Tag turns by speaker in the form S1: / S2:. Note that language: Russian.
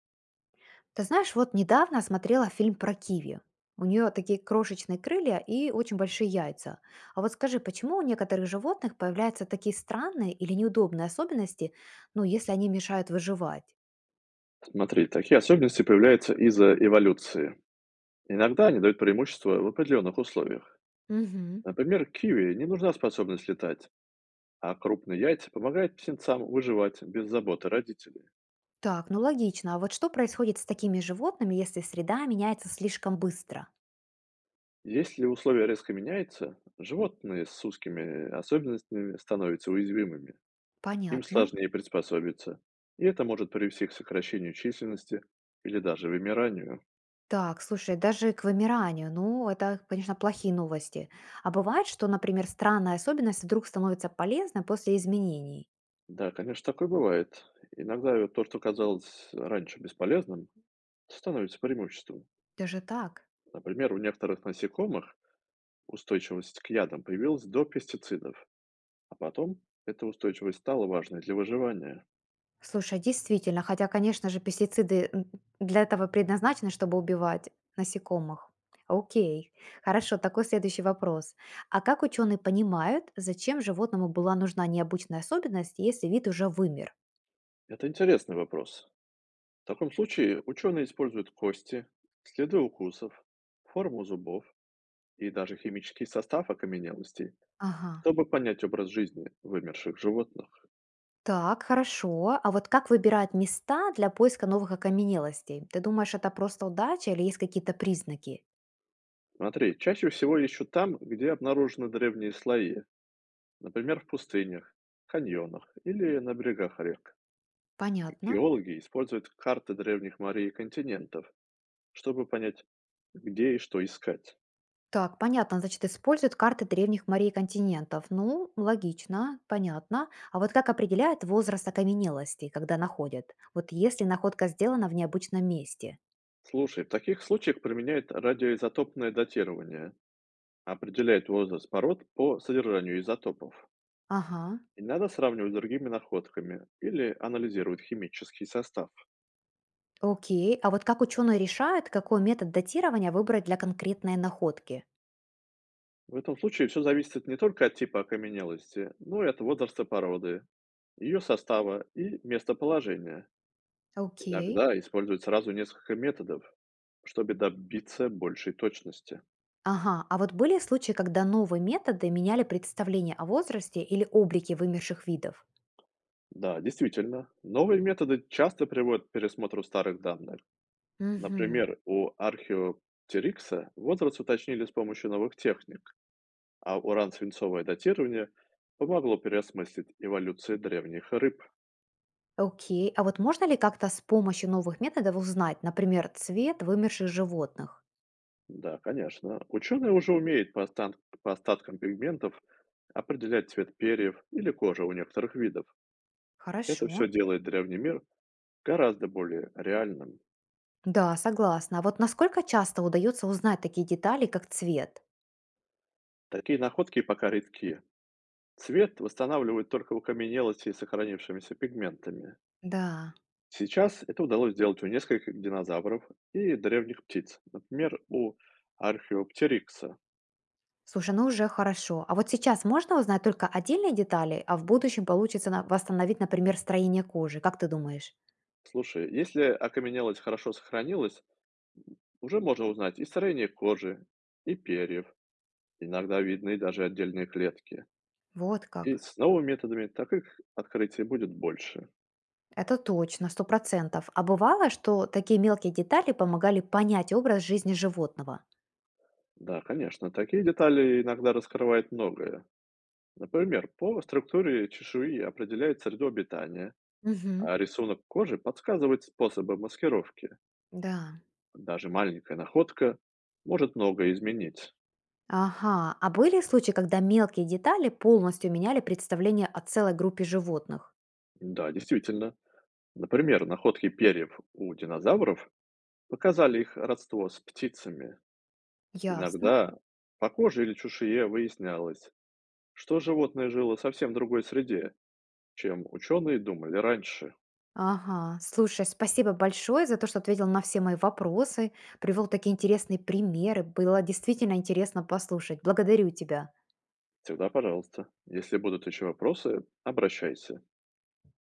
S1: Ты знаешь, вот недавно смотрела фильм про киви. У нее такие крошечные крылья и очень большие яйца. А вот скажи, почему у некоторых животных появляются такие странные или неудобные особенности, ну, если они мешают выживать?
S2: Смотри, такие особенности появляются из-за эволюции. Иногда они дают преимущество в определенных условиях.
S1: Мгм.
S2: Например, киви не нужна способность летать, а крупные яйца помогают птенцам выживать без заботы родителей.
S1: Так, ну логично. А вот что происходит с такими животными, если среда меняется слишком быстро?
S2: Если условия резко меняются, животные с узкими особенностями становятся уязвимыми. Им
S1: Понятно.
S2: сложнее приспособиться, и это может привести к сокращению численности или даже вымиранию.
S1: Так, слушай, даже к вымиранию, ну, это, конечно, плохие новости. А бывает, что, например, странная особенность вдруг становится полезной после изменений?
S2: Да, конечно, такое бывает. Иногда вот то, что казалось раньше бесполезным, становится преимуществом.
S1: Даже так?
S2: Например, у некоторых насекомых устойчивость к ядам появилась до пестицидов, а потом эта устойчивость стала важной для выживания.
S1: Слушай, действительно, хотя, конечно же, пестициды, для этого предназначены, чтобы убивать насекомых. Окей, хорошо, такой следующий вопрос. А как ученые понимают, зачем животному была нужна необычная особенность, если вид уже вымер?
S2: Это интересный вопрос. В таком случае ученые используют кости, следы укусов, форму зубов и даже химический состав окаменелостей,
S1: Ага.
S2: чтобы понять образ жизни вымерших животных.
S1: Так, хорошо. А вот как выбирают места для поиска новых окаменелостей? Ты думаешь, это просто удача или есть какие-то признаки?
S2: Смотри, чаще всего ищут там, где обнаружены древние слои, например, в пустынях, каньонах или на берегах рек.
S1: Понятно.
S2: Геологи используют карты древних морей и континентов, чтобы понять, где и что искать.
S1: Так, понятно, значит, используют карты древних морей и континентов. Ну, логично, понятно. А вот как определяют возраст окаменелости, когда находят? Вот если находка сделана в необычном месте.
S2: Слушай, в таких случаях применяют радиоизотопное датирование, определяет возраст пород по содержанию изотопов.
S1: Ага,
S2: И надо сравнивать с другими находками или анализируют химический состав.
S1: окей. А вот как ученые решают, какой метод датирования выбрать для конкретной находки?
S2: В этом случае все зависит не только от типа окаменелости, но и от возраста породы, ее состава и местоположения.
S1: Окей.
S2: Иногда используют сразу несколько методов, чтобы добиться большей точности.
S1: Ага, а вот были случаи, когда новые методы меняли представление о возрасте или облике вымерших видов?
S2: Да, действительно, новые методы часто приводят к пересмотру старых данных.
S1: Угу.
S2: Например, у археоптерикса возраст уточнили с помощью новых техник, а уран-свинцовое датирование помогло переосмыслить эволюцию древних рыб.
S1: Окей, а вот можно ли как-то с помощью новых методов узнать, например, цвет вымерших животных?
S2: Да, конечно. Ученые уже умеют по остаткам пигментов определять цвет перьев или кожи у некоторых видов. Это
S1: Хорошо.
S2: все делает древний мир гораздо более реальным.
S1: Да, согласна. А вот насколько часто удается узнать такие детали, как цвет?
S2: Такие находки пока редки. Цвет восстанавливают только окаменелости и сохранившимися пигментами.
S1: Да.
S2: Сейчас это удалось сделать у нескольких динозавров и древних птиц, например, у археоптерикса.
S1: Слушай, ну уже хорошо. А вот сейчас можно узнать только отдельные детали, а в будущем получится восстановить, например, строение кожи. Как ты думаешь?
S2: Слушай, если окаменелость хорошо сохранилась, уже можно узнать и строение кожи, и перьев, иногда видны даже отдельные клетки.
S1: Вот
S2: И
S1: как.
S2: с новыми методами таких открытий будет больше.
S1: Это точно, сто процентов. А бывало, что такие мелкие детали помогали понять образ жизни животного?
S2: Да, конечно, такие детали иногда раскрывают многое. Например, по структуре чешуи определяет среду обитания,
S1: Угу,
S2: а рисунок кожи подсказывает способы маскировки.
S1: да.
S2: Даже маленькая находка может многое изменить.
S1: Ага, а были случаи, когда мелкие детали полностью меняли представление о целой группе животных?
S2: Да, действительно. Например, находки перьев у динозавров показали их родство с птицами.
S1: Ясно.
S2: Иногда по коже или чешуе выяснялось, что животное жило совсем в другой среде, чем ученые думали раньше.
S1: Ага, слушай, спасибо большое за то, что ответил на все мои вопросы, привел такие интересные примеры, было действительно интересно послушать. Благодарю тебя.
S2: Всегда пожалуйста. Если будут еще вопросы, обращайся.